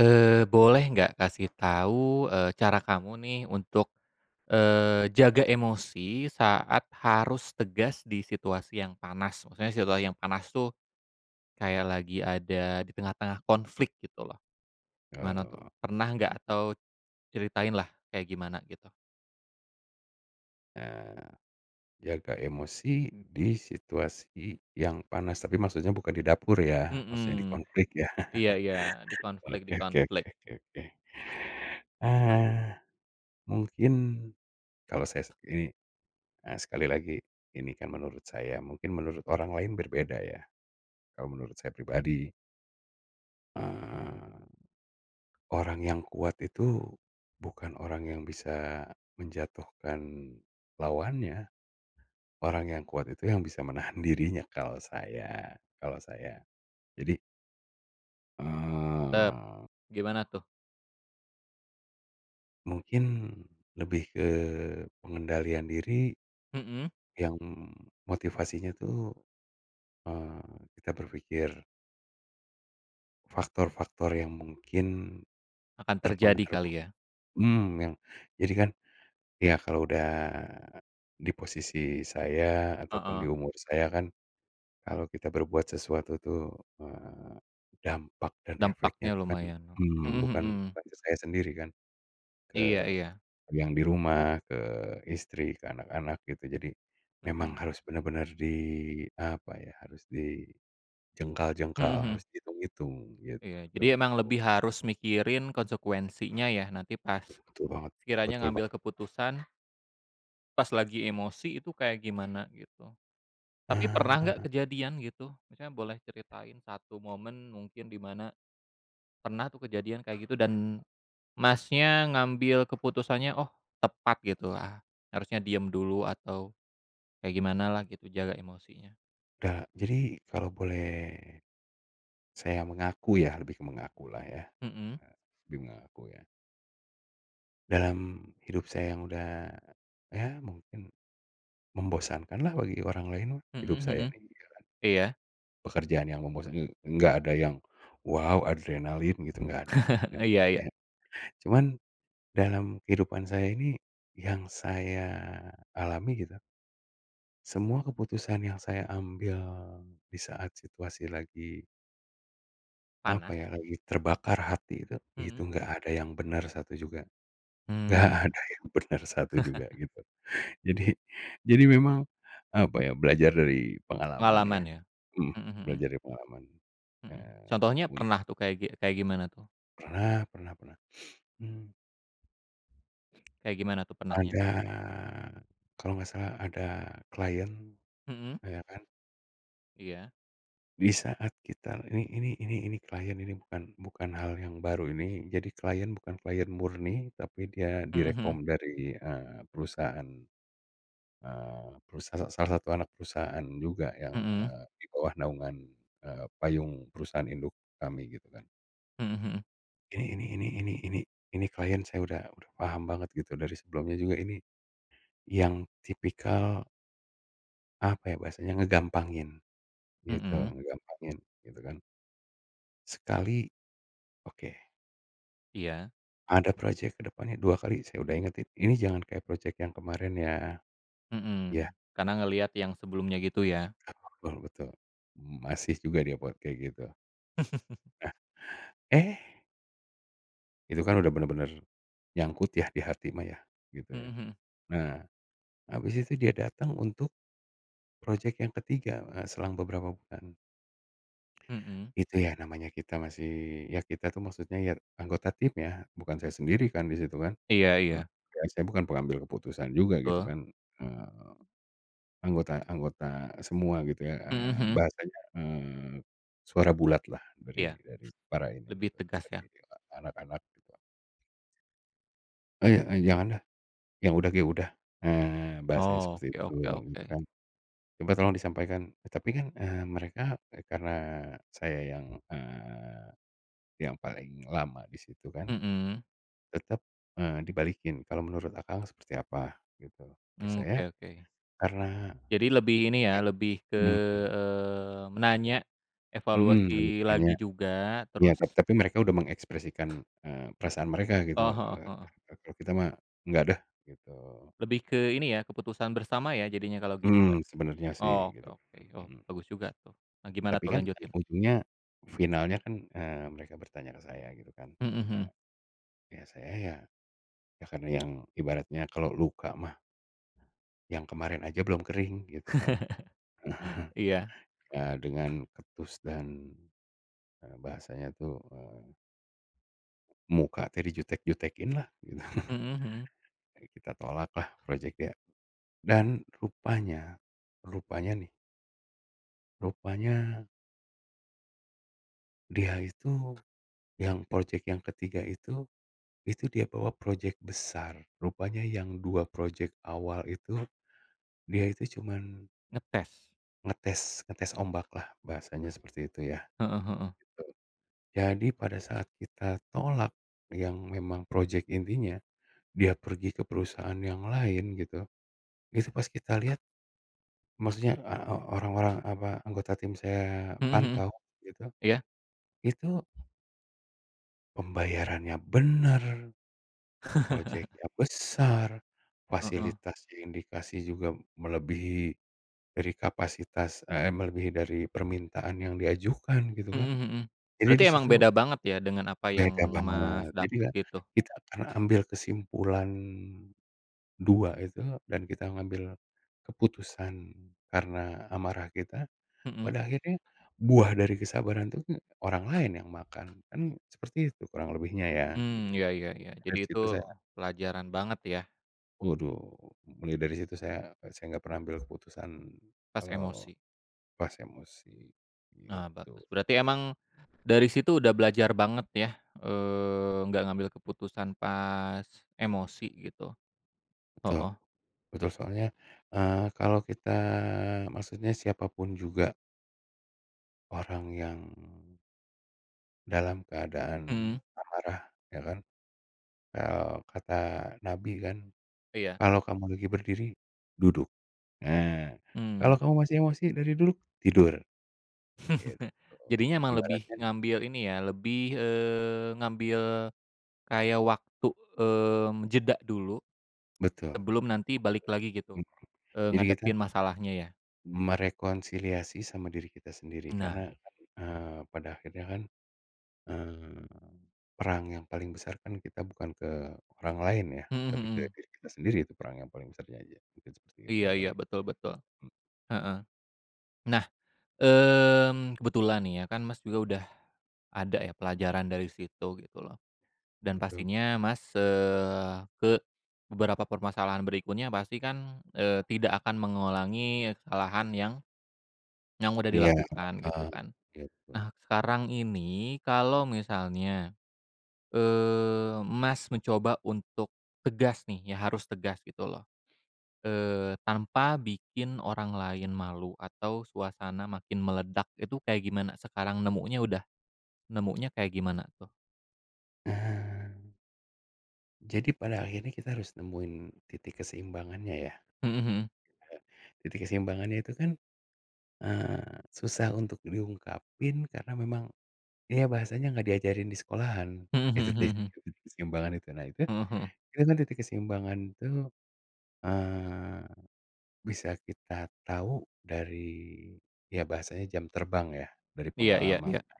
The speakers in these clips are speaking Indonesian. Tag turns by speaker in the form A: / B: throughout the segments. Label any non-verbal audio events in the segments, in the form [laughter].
A: Boleh nggak kasih tahu, cara kamu nih untuk, jaga emosi saat harus tegas di situasi yang panas? Maksudnya situasi yang panas tuh kayak lagi ada di tengah-tengah konflik gitu loh, gimana tuh?
B: Eee,
A: Pernah nggak atau ceritain lah kayak gimana gitu?
B: eee, jaga emosi di situasi yang panas, tapi maksudnya bukan di dapur ya, maksudnya di
A: Mhm,
B: konflik ya? [laughs]
A: iya iya, di konflik di
B: Oke, oke, oke,
A: konflik,
B: oke, oke. Ah, mungkin kalau saya ini, sekali lagi ini kan menurut saya, mungkin menurut orang lain berbeda ya. Kalau menurut saya pribadi, eee, orang yang kuat itu bukan orang yang bisa menjatuhkan lawannya. Orang yang kuat itu yang bisa menahan [laughs] dirinya, kalau saya kalau saya. Jadi,
A: tep,
B: eee,
A: gimana tuh?
B: mungkin lebih ke pengendalian diri
A: Mhm,
B: yang motivasinya tuh, kita berpikir faktor-faktor yang mungkin
A: akan terjadi
B: terpengaruh,
A: kali ya?
B: yang jadi kan, ya kalau udah di posisi saya ataupun di
A: Heeh,
B: umur saya kan. Kalau kita berbuat sesuatu tuh, eee, dampak dan efeknya
A: dampaknya
B: itu kan,
A: lumayan. Mhm
B: bukan
A: mhm,
B: bukan ke saya sendiri kan,
A: iya
B: ke
A: iya,
B: yang di rumah, ke istri, ke anak-anak gitu. Jadi memang
A: mhm,
B: harus benar-benar di apa ya, harus
A: mhm
B: dijengkal-jengkal,
A: mhm.
B: harus dihitung-hitung
A: Iya, jadi
B: gitu.
A: emang lebih harus mikirin konsekuensinya ya, nanti pas
B: Betul banget,
A: sekiranya
B: betul
A: ngambil
B: banget.
A: keputusan, pas lagi emosi itu kayak gimana gitu. Tapi pernah
B: ah
A: nggak kejadian gitu? Misalnya boleh ceritain satu momen mungkin di mana pernah tuh kejadian kayak gitu dan Masnya ngambil keputusannya, oh tepat gitu, ah harusnya diem dulu atau kayak gimana lah gitu jaga emosinya.
B: udah, jadi kalau boleh saya mengaku ya, lebih ke mengaku lah ya,
A: Mhm,
B: eh, lebih mengaku ya. Dalam hidup saya yang udah, ya mungkin membosankanlah bagi orang lain mah,
A: mhm
B: hidup saya
A: mhm,
B: nih. Mhm, gitu kan.
A: iya,
B: Pekerjaan yang membosan e nggak ada yang, wow adrenalin gitu, nggak ada, nggak
A: [laughs] iya
B: ada
A: iya,
B: ya. Cuman dalam kehidupan saya ini, yang saya alami gitu, semua keputusan yang saya ambil di saat situasi lagi, apa
A: panas,
B: ya, lagi terbakar hati itu
A: mhm,
B: nggak ada yang benar satu juga, nggak [laughs]
A: mmm,
B: ada yang benar satu juga gitu. Jadi jadi memang, apa ya, belajar dari pengalaman ya.
A: pengalaman ya?
B: Mhm,
A: Mhm mhm.
B: belajar dari pengalaman,
A: Mhm,
B: eee,
A: contohnya
B: un
A: pernah tuh kayak gimana tuh?
B: pernah, pernah, pernah. Mmm.
A: Kayak gimana tuh pernahnya?
B: Ada, kalau nggak salah ada klien,
A: Mhm,
B: ya kan,
A: iya.
B: di saat kita ini klien ini bukan bukan hal yang baru ini, jadi klien bukan klien murni, tapi dia Mhm.
A: Mhm
B: direkom
A: mhm.
B: dari, perusahaan, eee, perusaha salah satu anak perusahaan juga yang,
A: Mhm
B: di bawah naungan, payung perusahaan induk kami gitu kan.
A: mhm mhm.
B: Ini ini ini ini ini ini klien saya udah paham banget gitu dari sebelumnya juga, ini yang tipikal, apa ya bahasanya,
A: Mhm,
B: ngegampangin gitu kan. Sekali oke,
A: iya.
B: ada proyek ke depannya 2 kali saya udah ingetin, "Ini jangan kayak proyek yang kemarin ya." Iya,
A: Mhm, karena ngelihat yang sebelumnya gitu ya?
B: betul betul. Masih juga dia buat kayak gitu.
A: [laughs]
B: Eh, itu kan udah bener-bener nyangkut ya di hati mah ya, gitu
A: Mhm
B: ya.
A: mhm.
B: Nah, habis itu dia datang untuk proyek yang ketiga 3 selang beberapa bulan.
A: Mhm.
B: Itu ya namanya kita masih, ya kita tuh maksudnya ya anggota tim ya, bukan saya sendiri kan di situ kan.
A: Iya
B: Mmm.
A: iya,
B: Ya saya bukan pengambil keputusan juga gitu
A: betul.
B: kan, eee, anggota-anggota semua gitu ya,
A: Mhm mhm.
B: bahasanya, suara bulat lah
A: Iya,
B: dari para ini
A: lebih
B: gitu,
A: tegas ya?
B: dari anak-anak gitu. "Eh, jangan dah, yang udah ge udah." Nah, bahasanya seperti
A: Oke
B: itu
A: oke oke.
B: gitu kan. "Coba tolong disampaikan." Tapi kan, mereka, karena saya yang, yang paling lama di situ kan.
A: Mhm,
B: Tetap, dibalikin, kalau menurut Akang seperti apa gitu. Ya
A: mmm,
B: saya
A: oke oke.
B: karena
A: Jadi lebih ini ya,
B: kayak,
A: lebih ke,
B: mhm,
A: menanya,
B: mhm,
A: evaluasi
B: lebih nanya.
A: lagi juga,
B: Iya,
A: terus
B: tapi mereka udah mengekspresikan, perasaan mereka gitu,
A: oh, heeh
B: eee,
A: heeh.
B: kalau kita mah enggak deh gitu.
A: Lebih ke ini ya, keputusan bersama ya jadinya kalau gitu,
B: Mhm,
A: Mbak?
B: sebenarnya sih
A: Oh, oke
B: gitu,
A: oke. Oh,
B: mhm,
A: bagus juga tuh. Nah, gimana
B: tapi
A: tuh
B: kan
A: lanjutin?
B: ujungnya, finalnya kan, mereka bertanya ke saya gitu kan.
A: Mhm
B: Nah,
A: mhm.
B: ya saya ya, ya karena yang ibaratnya kalau luka mah yang kemarin aja belum kering gitu kan. [laughs]
A: Iya.
B: Ya, dengan ketus dan bahasanya tuh, muka teh dijutek-jutekin lah gitu, [laughs]
A: Mhm mhm.
B: kita tolak lah project dia. Dan rupanya, rupanya nih, rupanya dia itu yang proyek yang ketiga itu dia bawa proyek besar. Rupanya yang 2 proyek awal itu, dia itu cuman
A: Ngetes.
B: ngetes, ngetes ombak lah, bahasanya seperti itu ya.
A: Heeh heeh.
B: Jadi pada saat kita tolak yang memang proyek intinya, dia pergi ke perusahaan yang lain gitu, itu pas kita lihat. Maksudnya, eee, o orang-orang apa, anggota tim saya
A: Mhm mhm.
B: pantau gitu,
A: Iya.
B: itu pembayarannya bener,
A: [laughs]
B: projeknya besar,
A: Heeh.
B: fasilitas yang dikasih juga melebihi dari kapasitas, melebihi dari permintaan yang diajukan gitu kan.
A: Mhm mhm.
B: Jadi
A: Berarti
B: di
A: emang
B: situ
A: beda banget ya dengan apa yang
B: beda
A: Mas
B: banget. Jadi
A: dapat
B: ya
A: gitu?
B: kita karena ambil kesimpulan 2 itu, dan kita ngambil keputusan karena amarah kita.
A: Mhm.
B: Pada akhirnya buah dari kesabaran tuh kan orang lain yang makan, kan seperti itu kurang lebihnya ya,
A: Mmm,
B: gitu.
A: iya iya iya. Jadi
B: Dari
A: itu
B: situ saya
A: pelajaran banget ya
B: waduh, mulai dari situ saya, nggak pernah ambil keputusan
A: pas
B: kalau
A: emosi.
B: pas emosi,
A: Nah,
B: gitu.
A: bagus. Berarti emang dari situ udah belajar banget ya, nggak ngambil keputusan pas emosi gitu?
B: Betul
A: Heeh.
B: betul, soalnya, kalau kita maksudnya siapapun juga, orang yang dalam keadaan
A: Mhm,
B: amarah, ya kan, kata Nabi kan,
A: iya.
B: "Kalau kamu lagi berdiri, duduk." Nah,
A: Mmm.
B: kalau kamu masih emosi dari dulu, tidur,
A: [laughs]
B: gitu.
A: Jadinya emang lebih
B: Ibaratnya
A: ngambil ini ya, lebih, ngambil kayak waktu, mmm, jeda dulu
B: betul,
A: sebelum nanti balik lagi gitu,
B: mhm, jadi kita
A: ngadepin masalahnya ya?
B: merekonsiliasi sama diri kita sendiri
A: Nah.
B: karena kan, pada akhirnya kan, eee, perang yang paling besar kan kita bukan ke orang lain ya,
A: [laughs] Mhm
B: tapi ke
A: mhm.
B: diri kita sendiri itu perang yang paling besarnya aja, mungkin seperti itu
A: Iya iya,
B: kali,
A: betul betul,
B: mhm,
A: heeh. Nah, mmm, kebetulan nih ya kan Mas juga udah ada ya pelajaran dari situ gitu loh, dan
B: betul.
A: pastinya Mas, ke beberapa permasalahan berikutnya pasti kan, tidak akan mengulangi kesalahan yang udah
B: Iya,
A: dilakukan gitu
B: heeh,
A: kan.
B: gitu.
A: Nah sekarang ini kalau misalnya, Mas mencoba untuk tegas nih ya harus tegas gitu loh, tanpa bikin orang lain malu atau suasana makin meledak itu kayak gimana sekarang nemunya udah nemunya kayak gimana tuh?
B: Nah, jadi pada akhirnya kita harus nemuin titik keseimbangannya ya,
A: [laughs] Mhm mhm.
B: titik keseimbangannya itu kan susah untuk diungkapin karena memang ya bahasanya nggak diajarin di sekolahan.
A: Mhm mhm
B: Itu
A: mhm
B: titik
A: mhm.
B: titik keseimbangan itu. Nah,
A: Heeh
B: itu kan titik keseimbangan tuh, eee, bisa kita tahu dari ya bahasanya jam terbang ya, dari
A: Iya iya
B: pengalaman,
A: iya. [laughs]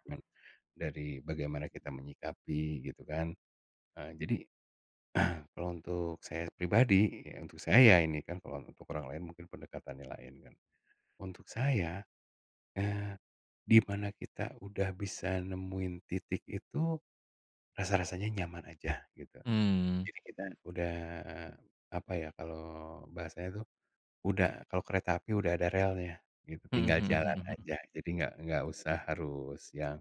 B: dari bagaimana kita menyikapi gitu kan. Jadi [clears throat] kalau untuk saya pribadi, ya untuk saya ini kan kalau untuk orang lain mungkin pendekatannya lain kan. Untuk saya, eee di mana kita udah bisa nemuin titik itu, rasa-rasanya nyaman aja gitu.
A: Mmm.
B: Jadi kita udah, apa ya, kalau bahasanya tuh, udah kalau kereta api udah ada relnya gitu,
A: Mhm
B: tinggal
A: mhm
B: jalan
A: mhm mhm.
B: aja. Jadi nggak usah harus yang,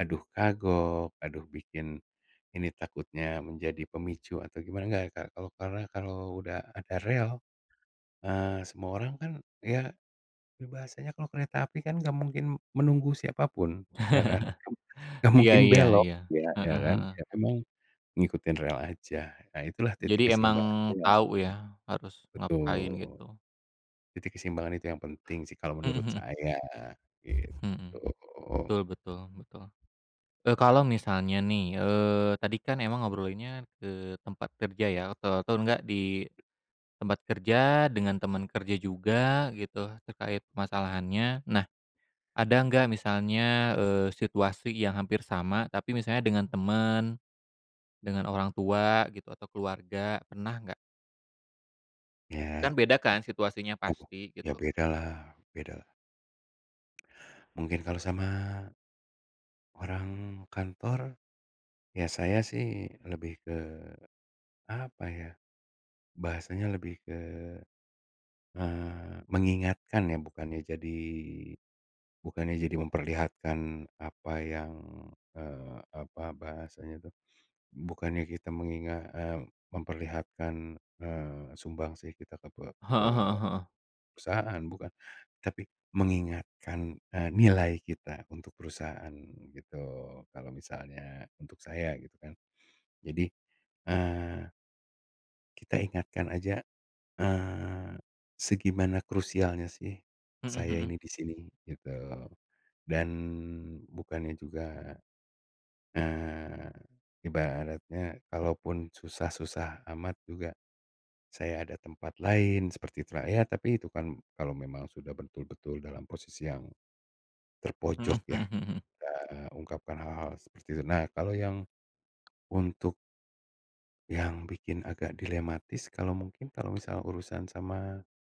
B: aduh kagok, aduh bikin ini takutnya menjadi pemicu atau gimana, enggak. Kalau karena kalau udah ada rel, semua orang kan ya bahasanya kalau kereta api kan nggak mungkin menunggu siapapun, ya kan?
A: [laughs]
B: Nggak
A: Iya
B: mungkin
A: iya
B: belok
A: iya.
B: ya, ya
A: Heeh
B: kan?
A: heeh.
B: Ya memang ngikutin rel aja. Nah, itulah
A: Jadi
B: titik
A: emang
B: keseimbangannya,
A: tahu
B: mhm,
A: ya harus ngapain
B: betul.
A: gitu.
B: Titik keseimbangan itu yang penting sih kalau
A: [laughs] Mhm
B: menurut
A: mhm.
B: saya,
A: Mhm,
B: gitu.
A: betul betul betul. Kalau misalnya nih, tadi kan emang ngobrolinnya ke tempat kerja ya atau enggak di tempat kerja dengan teman kerja juga gitu terkait permasalahannya. Nah, ada nggak misalnya, situasi yang hampir sama tapi misalnya dengan teman, dengan orang tua gitu atau keluarga, pernah nggak? Kan
B: Ya,
A: beda kan situasinya
B: oh,
A: pasti
B: ya
A: gitu.
B: bedalah, bedalah. Mungkin kalau sama orang kantor, ya saya sih lebih ke, apa ya, bahasanya lebih ke mengingatkan ya, bukannya jadi memperlihatkan apa yang, apa bahasanya tuh, bukannya kita mengingat, memperlihatkan, sumbangsi kita ke pe ke
A: Heeh heeh heeh.
B: perusahaan bukan, tapi mengingatkan, nilai kita untuk perusahaan gitu kalau misalnya untuk saya gitu kan. Jadi, eee, kita ingatkan aja Eee, segimana krusialnya sih
A: Mhm
B: saya
A: mhm.
B: ini di sini gitu, dan bukannya juga, eee, ibaratnya kalaupun susah-susah amat juga saya ada tempat lain seperti itu ya, tapi itu kan kalau memang sudah betul-betul dalam posisi yang
A: Mhm
B: terpojok ya
A: mhm mhm.
B: kita ungkapkan hal-hal seperti itu. Nah, kalau yang untuk yang bikin agak dilematis kalau mungkin kalau misal urusan sama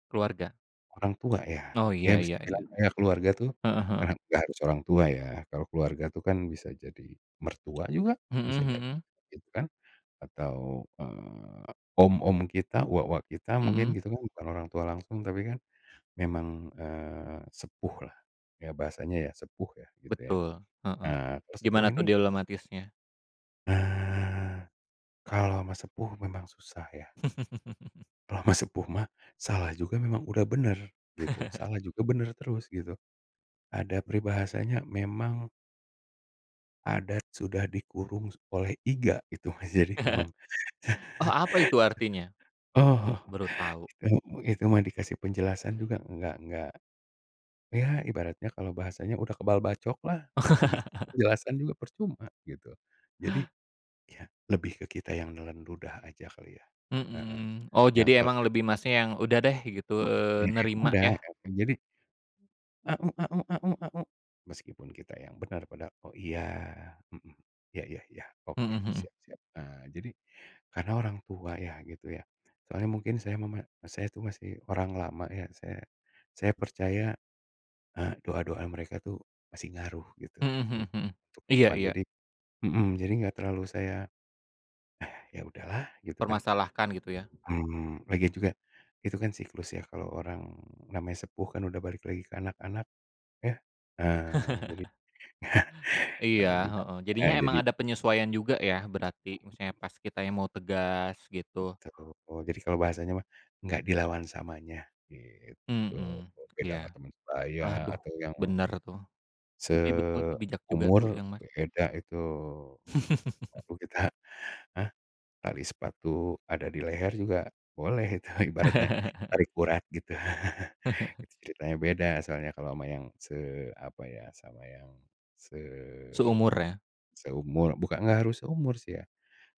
A: Keluarga.
B: orang tua ya?
A: Oh
B: Ya
A: iya
B: bisa
A: iya iya.
B: dibilang ya keluarga tuh,
A: Heeh heeh.
B: karena nggak harus orang tua ya, kalau keluarga tuh kan bisa jadi mertua juga, bisa
A: Mhm
B: jadi,
A: mhm.
B: gitu kan, atau, om-om kita, uwak-uwak kita mungkin
A: Mhm,
B: gitu kan, bukan orang tua langsung tapi kan memang, sepuhlah, ya bahasanya ya sepuh ya, gitu ya.
A: betul, heeh.
B: Nah, kalau sepuh
A: Gimana tuh
B: ini,
A: dilematisnya?
B: eee, kalau ama sepuh memang susah ya,
A: [laughs]
B: kalau ama sepuh mah salah juga memang udah bener, gitu, salah juga bener terus, gitu. Ada peribahasanya memang adat sudah dikurung oleh iga itu Mas, jadi memang [laughs]
A: Oh, apa itu artinya?
B: oh,
A: Baru tahu.
B: itu itu mah dikasih penjelasan juga nggak, ya ibaratnya kalau bahasanya udah kebal bacok lah, kalau dikasih penjelasan juga percuma gitu. Jadi ya lebih ke kita yang nelen ludah aja kali ya. Heeh,
A: Mhm. Oh,
B: yang
A: jadi
B: kalau
A: emang lebih Masnya yang udah deh gitu,
B: mhm, iya
A: nerima
B: ada,
A: ya?
B: ya. Jadi aung, aung, aung, aung. Meskipun kita yang benar pada, "Oh iya, mhm, iya, iya, iya,
A: Mhm
B: oke,
A: mhm.
B: siap, siap." Nah, jadi karena orang tua ya gitu ya, soalnya mungkin saya saya tuh masih orang lama ya, saya, percaya, doa-doa mereka tuh masih ngaruh gitu
A: Mhm mhm
B: untuk,
A: mhm. [laughs]
B: ke
A: Iya
B: depan.
A: iya,
B: Jadi mhm, jadi nggak terlalu saya, "Ah, ya udahlah," gitu kan,
A: permasalahkan gitu ya?
B: mmm, lagian juga itu kan siklus ya, kalau orang namanya sepuh kan udah balik lagi ke anak-anak ya, jadi
A: Iya,
B: namanya juga
A: heeh.
B: heeh,
A: Jadinya emang
B: jadi
A: ada penyesuaian juga ya berarti, misalnya pas kitanya mau tegas gitu?
B: tuh, jadi kalau bahasanya mah, nggak dilawan samanya. Gitu,
A: Mhm,
B: beda
A: iya.
B: sama teman sebaya
A: Aduh,
B: atau yang
A: bener tuh. Tapi betul tuh, bijak juga
B: seumur,
A: tuh yang Mas.
B: beda itu.
A: [laughs]
B: Baru kita, "Hah? Tali sepatu ada di leher juga boleh itu," [laughs] ibaratnya tarik urat gitu. [laughs] Itu ceritanya beda, soalnya kalau sama yang se apa ya, sama yang se
A: Seumur ya?
B: seumur, bukan nggak harus seumur sih ya.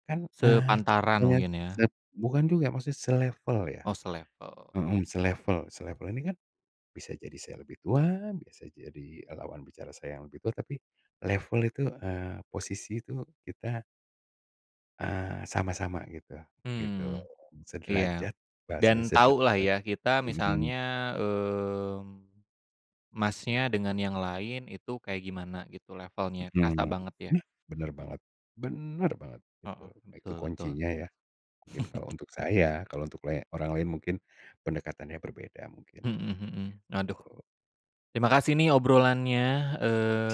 B: Kan,
A: Sepantaran
B: ceritanya
A: mungkin ya?
B: se bukan juga maksudnya selevel ya,
A: Oh selevel.
B: mhm, selevel, selevel ini kan bisa jadi saya lebih tua, bisa jadi lawan bicara saya yang lebih tua, tapi level itu, posisi itu kita, sama-sama gitu, gitu,
A: Mmm, iya.
B: sederajat, bahasanya
A: Dan tahulah
B: sederajat,
A: ya kita
B: mhm,
A: misalnya, mmm, Masnya dengan yang lain itu kayak gimana gitu levelnya, kerasa
B: mhm,
A: banget ya?
B: nah, bener banget, bener banget itu,
A: Heeh,
B: itu
A: betul betul.
B: kuncinya ya, mungkin kalau untuk saya, kalau untuk orang lain mungkin pendekatannya berbeda mungkin,
A: Mhm mhm. Aduh,
B: gitu.
A: terima kasih nih obrolannya,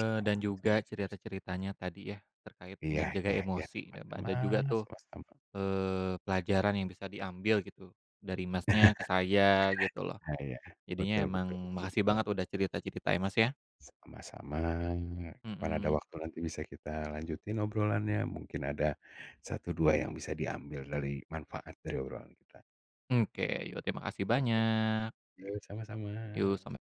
B: Siap,
A: dan
B: siap,
A: juga
B: siap, siap.
A: cerita-ceritanya tadi ya, terkait
B: Iya,
A: dengan jaga
B: iya, iya,
A: emosi dan ada juga
B: sama-sama,
A: tuh,
B: sama-sama.
A: pelajaran yang bisa diambil gitu dari Masnya ke saya gitu loh.
B: Nah, iya,
A: Jadinya
B: betul, betul,
A: emang
B: betul,
A: makasih
B: betul.
A: banget udah cerita-cerita ya, Mas, ya.
B: Sama-sama, kapan ada
A: Mhm.
B: waktu nanti bisa kita lanjutin obrolannya, mungkin ada satu 2 yang bisa diambil dari manfaat dari obrolan kita.
A: Oke, yuk terima kasih
B: Oke,
A: banyak.
B: yuk sama-sama.
A: Yuk sampai.